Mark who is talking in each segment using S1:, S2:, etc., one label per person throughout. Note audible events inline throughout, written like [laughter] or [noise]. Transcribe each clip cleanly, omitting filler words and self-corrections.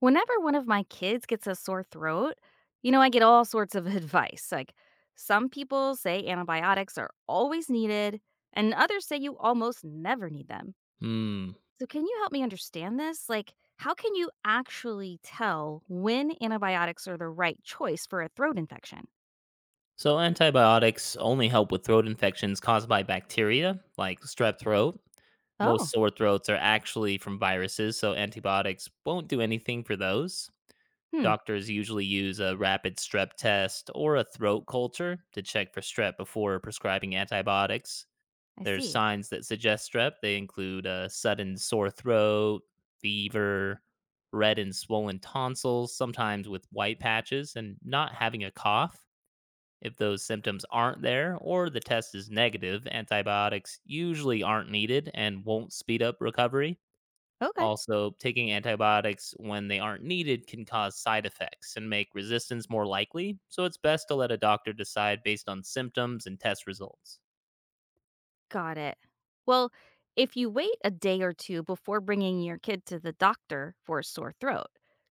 S1: Whenever one of my kids gets a sore throat, I get all sorts of [laughs] advice. Like, some people say antibiotics are always needed, and others say you almost never need them.
S2: Hmm.
S1: So, can you help me understand this? Like, how can you actually tell when antibiotics are the right choice for a throat infection?
S2: So antibiotics only help with throat infections caused by bacteria, like strep throat. Most
S1: Oh,
S2: sore throats are actually from viruses, so antibiotics won't do anything for those.
S1: hmm,
S2: Doctors usually use a rapid strep test or a throat culture to check for strep before prescribing antibiotics.
S1: I
S2: There's
S1: see.
S2: signs that suggest strep. They include a sudden sore throat, fever, red and swollen tonsils, sometimes with white patches, and not having a cough. If those symptoms aren't there or the test is negative, antibiotics usually aren't needed and won't speed up recovery.
S1: Okay.
S2: Also, taking antibiotics when they aren't needed can cause side effects and make resistance more likely, so it's best to let a doctor decide based on symptoms and test results.
S1: Got it. Well, if you wait a day or two before bringing your kid to the doctor for a sore throat,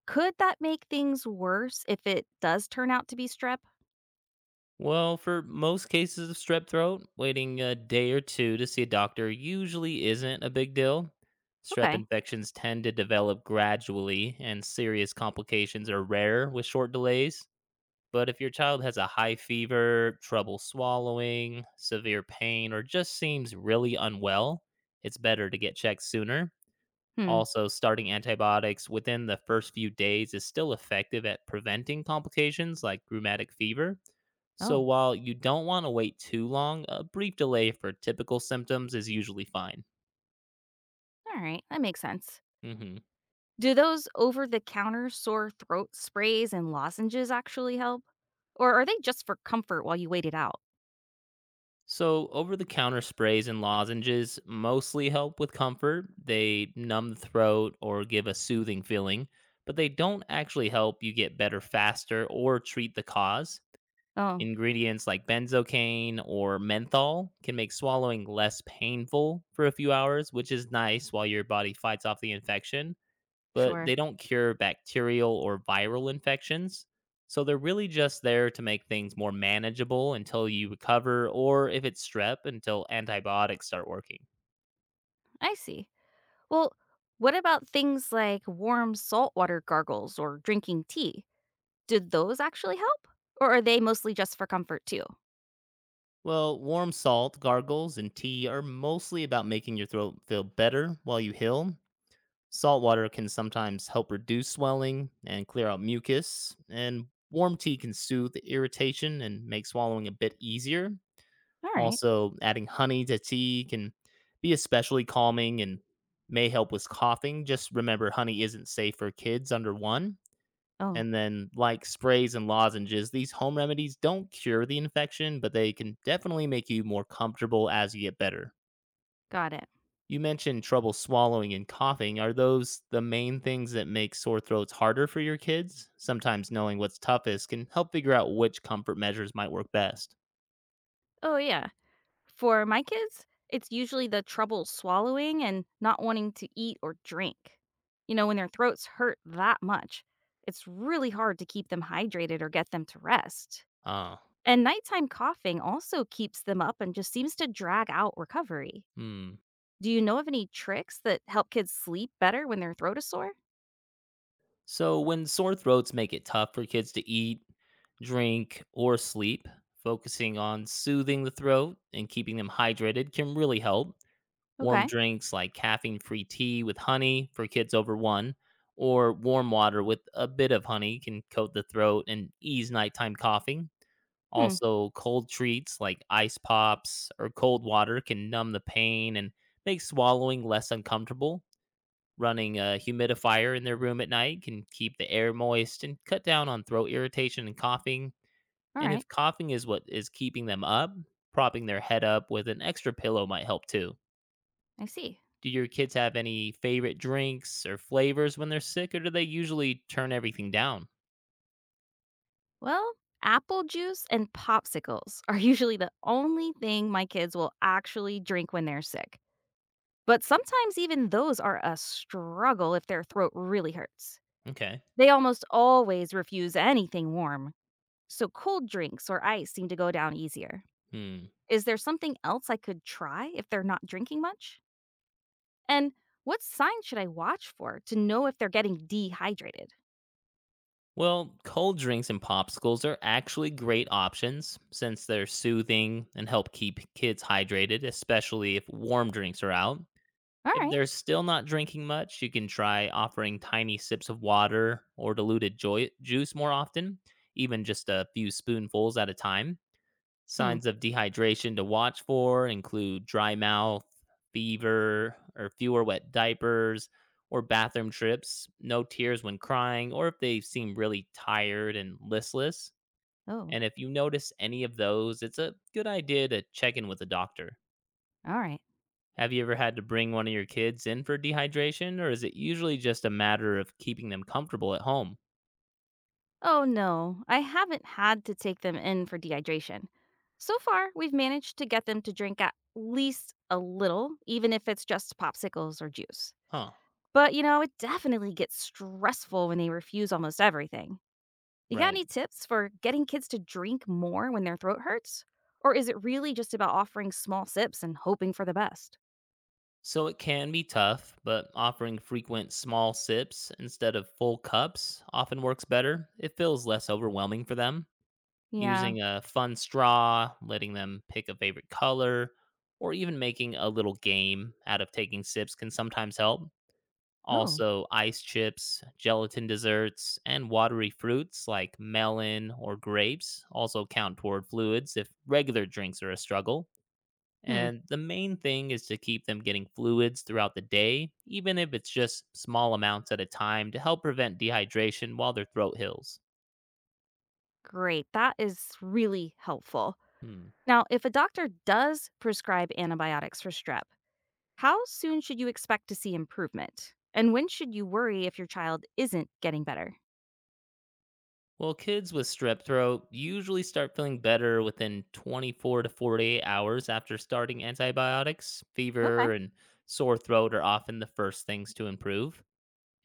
S1: could that make things worse if it does turn out to be strep?
S2: Well, for most cases of strep throat, waiting a day or two to see a doctor usually isn't a big deal. Strep
S1: Okay.
S2: infections tend to develop gradually, and serious complications are rare with short delays. But if your child has a high fever, trouble swallowing, severe pain, or just seems really unwell, it's better to get checked sooner.
S1: Hmm.
S2: Also, starting antibiotics within the first few days is still effective at preventing complications like rheumatic fever. So,
S1: Oh,
S2: while you don't want to wait too long, a brief delay for typical symptoms is usually fine.
S1: all right. That makes sense.
S2: Hmm.
S1: Do those over the counter sore throat sprays and lozenges actually help? Or are they just for comfort while you wait it out?
S2: So, over the counter sprays and lozenges mostly help with comfort. They numb the throat or give a soothing feeling, but they don't actually help you get better faster or treat the cause.
S1: Oh,
S2: Ingredients like benzocaine or menthol can make swallowing less painful for a few hours, which is nice while your body fights off the infection, but
S1: sure.
S2: they don't cure bacterial or viral infections. So they're really just there to make things more manageable until you recover, or if it's strep, until antibiotics start working.
S1: I see. Well, what about things like warm saltwater gargles or drinking tea? Did those actually help? Or are they mostly just for comfort too?
S2: Well, warm salt, gargles, and tea are mostly about making your throat feel better while you heal. Salt water can sometimes help reduce swelling and clear out mucus, and warm tea can soothe irritation and make swallowing a bit easier.
S1: Alright.
S2: Also, adding honey to tea can be especially calming and may help with coughing. Just remember, honey isn't safe for kids under one.
S1: Oh,
S2: And then, like sprays and lozenges, these home remedies don't cure the infection, but they can definitely make you more comfortable as you get better.
S1: got it.
S2: You mentioned trouble swallowing and coughing. Are those the main things that make sore throats harder for your kids? Sometimes knowing what's toughest can help figure out which comfort measures might work best.
S1: Oh, yeah. For my kids, it's usually the trouble swallowing and not wanting to eat or drink. When their throats hurt that much, it's really hard to keep them hydrated or get them to rest.
S2: Ah.
S1: And nighttime coughing also keeps them up and just seems to drag out recovery.
S2: Hmm.
S1: Do you know of any tricks that help kids sleep better when their throat is sore?
S2: So, when sore throats make it tough for kids to eat, drink, or sleep, focusing on soothing the throat and keeping them hydrated can really help. Warm
S1: Okay.
S2: drinks like caffeine free tea with honey for kids over one, or warm water with a bit of honey can coat the throat and ease nighttime coughing.
S1: Hmm.
S2: Also, cold treats like ice pops or cold water can numb the pain and make swallowing less uncomfortable. Running a humidifier in their room at night can keep the air moist and cut down on throat irritation and coughing.
S1: All
S2: And
S1: right.
S2: if coughing is what is keeping them up, propping their head up with an extra pillow might help too.
S1: I see.
S2: Do your kids have any favorite drinks or flavors when they're sick, or do they usually turn everything down?
S1: Well, apple juice and popsicles are [laughs] usually the only thing my kids will actually drink when they're sick. But sometimes even those are a struggle if their throat really hurts.
S2: Okay.
S1: They almost always refuse anything warm, so cold drinks or ice seem to go down easier.
S2: Hmm.
S1: Is there something else I could try if they're not drinking much? And what signs should I watch for to know if they're getting dehydrated?
S2: Well, cold drinks and popsicles are actually great options since they're soothing and help keep kids hydrated, especially if warm drinks are out.
S1: All
S2: If
S1: right.
S2: they're still not drinking much, you can try offering tiny sips of water or diluted juice more often, even just a few spoonfuls at a time.
S1: Hmm.
S2: Signs of dehydration to watch for include dry mouth, fever, or fewer wet diapers, or bathroom trips, no tears when crying, or if they seem really tired and listless.
S1: Oh,
S2: And if you notice any of those, it's a good idea to check in with a doctor.
S1: all right.
S2: Have you ever had to bring one of your kids in for dehydration, or is it usually just a matter of keeping them comfortable at home?
S1: Oh no, I haven't had to take them in for dehydration. So far, we've managed to get them to drink at least a little, even if it's just popsicles or juice.
S2: Huh.
S1: But it definitely gets stressful when they refuse almost everything. You got
S2: Right.
S1: any tips for getting kids to drink more when their throat hurts? Or is it really just about offering small sips and hoping for the best?
S2: So it can be tough, but offering frequent small sips instead of full cups often works better. It feels less overwhelming for them.
S1: Yeah.
S2: Using a fun straw, letting them pick a favorite color, or even making a little game out of taking sips can sometimes help.
S1: Oh,
S2: Also, ice chips, gelatin desserts, and watery fruits like melon or grapes also count toward fluids if regular drinks are a struggle.
S1: hmm.
S2: And the main thing is to keep them getting fluids throughout the day, even if it's just small amounts at a time to help prevent dehydration while their throat heals.
S1: Great. That is really helpful.
S2: Hmm.
S1: Now, if a doctor does prescribe antibiotics for strep, how soon should you expect to see improvement? And when should you worry if your child isn't getting better?
S2: Well, kids with strep throat usually start feeling better within 24 to 48 hours after starting antibiotics.
S1: Okay,
S2: Fever and sore throat are often the first things to improve.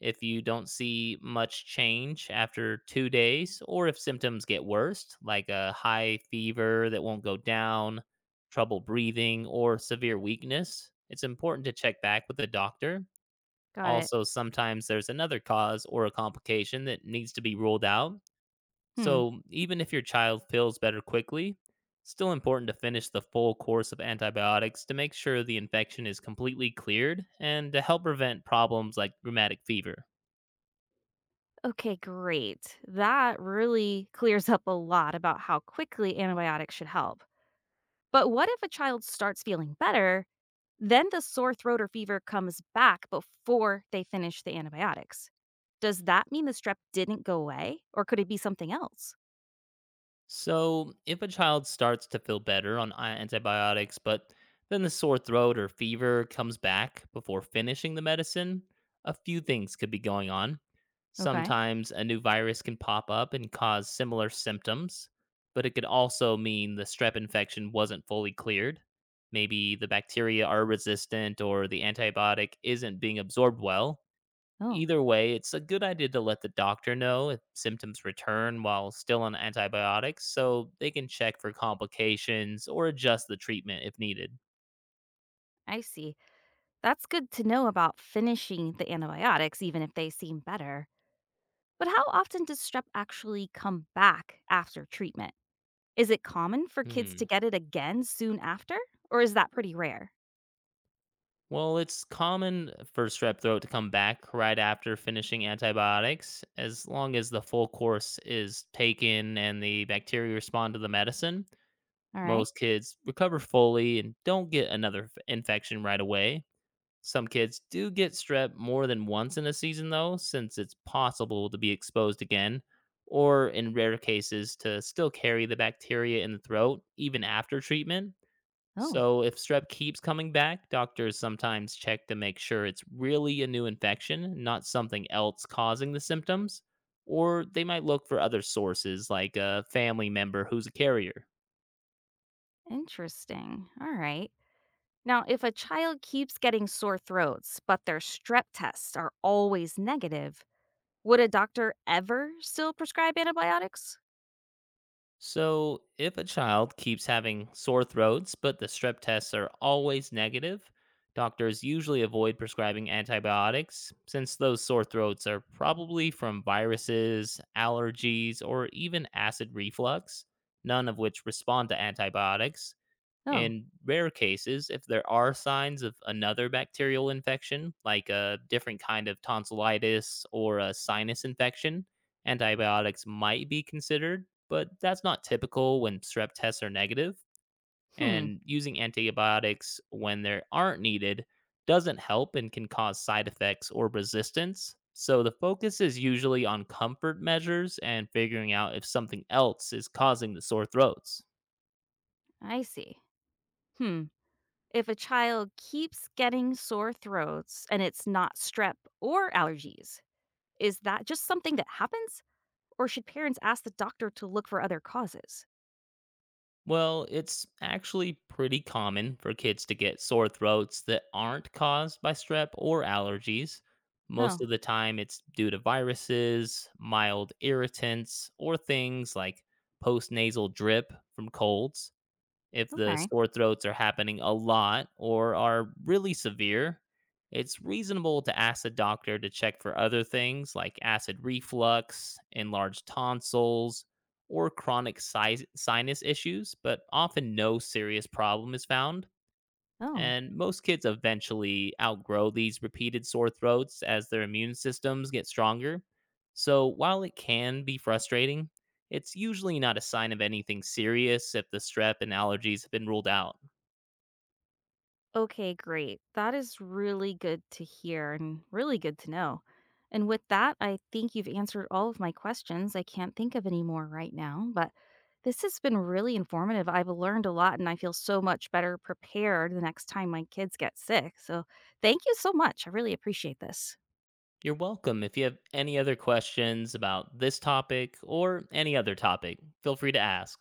S2: If you don't see much change after 2 days, or if symptoms get worse, like a high fever that won't go down, trouble breathing, or severe weakness, it's important to check back with the doctor.
S1: got it.
S2: Also, sometimes there's another cause or a complication that needs to be ruled out,
S1: Hmm.
S2: so, even if your child feels better quickly, it's still important to finish the full course of antibiotics to make sure the infection is completely cleared and to help prevent problems like rheumatic fever.
S1: Okay, great. That really clears up a lot about how quickly antibiotics should help. But what if a child starts feeling better, then the sore throat or fever comes back before they finish the antibiotics? Does that mean the strep didn't go away or could it be something else?
S2: So, if a child starts to feel better on antibiotics, but then the sore throat or fever comes back before finishing the medicine, a few things could be going on.
S1: Okay.
S2: Sometimes a new virus can pop up and cause similar symptoms, but it could also mean the strep infection wasn't fully cleared. Maybe the bacteria are resistant or the antibiotic isn't being absorbed well.
S1: Oh,
S2: Either way, it's a good idea to let the doctor know if symptoms return while still on antibiotics so they can check for complications or adjust the treatment if needed.
S1: I see. That's good to know about finishing the antibiotics, even if they seem better. But how often does strep actually come back after treatment? Is it common for kids
S2: Hmm.
S1: to get it again soon after, or is that pretty rare?
S2: Well, it's common for strep throat to come back right after finishing antibiotics, as long as the full course is taken and the bacteria respond to the medicine.
S1: All right.
S2: Most kids recover fully and don't get another infection right away. Some kids do get strep more than once in a season, though, since it's possible to be exposed again, or in rare cases, to still carry the bacteria in the throat even after treatment.
S1: Oh,
S2: So, if strep keeps coming back, doctors sometimes check to make sure it's really a new infection, not something else causing the symptoms, or they might look for other sources like a family member who's a carrier.
S1: interesting. All right. Now, if a child keeps getting sore throats, but their strep tests are always negative, would a doctor ever still prescribe antibiotics?
S2: So, if a child keeps having sore throats, but the strep tests are always negative, doctors usually avoid prescribing antibiotics since those sore throats are probably from viruses, allergies, or even acid reflux, none of which respond to antibiotics.
S1: Oh,
S2: In rare cases, if there are signs of another bacterial infection, like a different kind of tonsillitis or a sinus infection, antibiotics might be considered, but that's not typical when strep tests are negative.
S1: hmm,
S2: And using antibiotics when they aren't needed doesn't help and can cause side effects or resistance. So the focus is usually on comfort measures and figuring out if something else is causing the sore throats.
S1: I see. Hmm. If a child keeps getting sore throats and it's not strep or allergies, is that just something that happens? Or should parents ask the doctor to look for other causes?
S2: Well, it's actually pretty common for kids to get sore throats that aren't caused by strep or allergies. Most of
S1: Oh,
S2: the time, it's due to viruses, mild irritants, or things like postnasal drip from colds. If the
S1: okay.
S2: sore throats are happening a lot or are really severe, it's reasonable to ask the doctor to check for other things like acid reflux, enlarged tonsils, or chronic sinus issues, but often no serious problem is found.
S1: Oh.
S2: And most kids eventually outgrow these repeated sore throats as their immune systems get stronger. So while it can be frustrating, it's usually not a sign of anything serious if the strep and allergies have been ruled out.
S1: Okay, great. That is really good to hear and really good to know. And with that, I think you've answered all of my questions. I can't think of any more right now, but this has been really informative. I've learned a lot and I feel so much better prepared the next time my kids get sick. So thank you so much. I really appreciate this.
S2: You're welcome. If you have any other questions about this topic or any other topic, feel free to ask.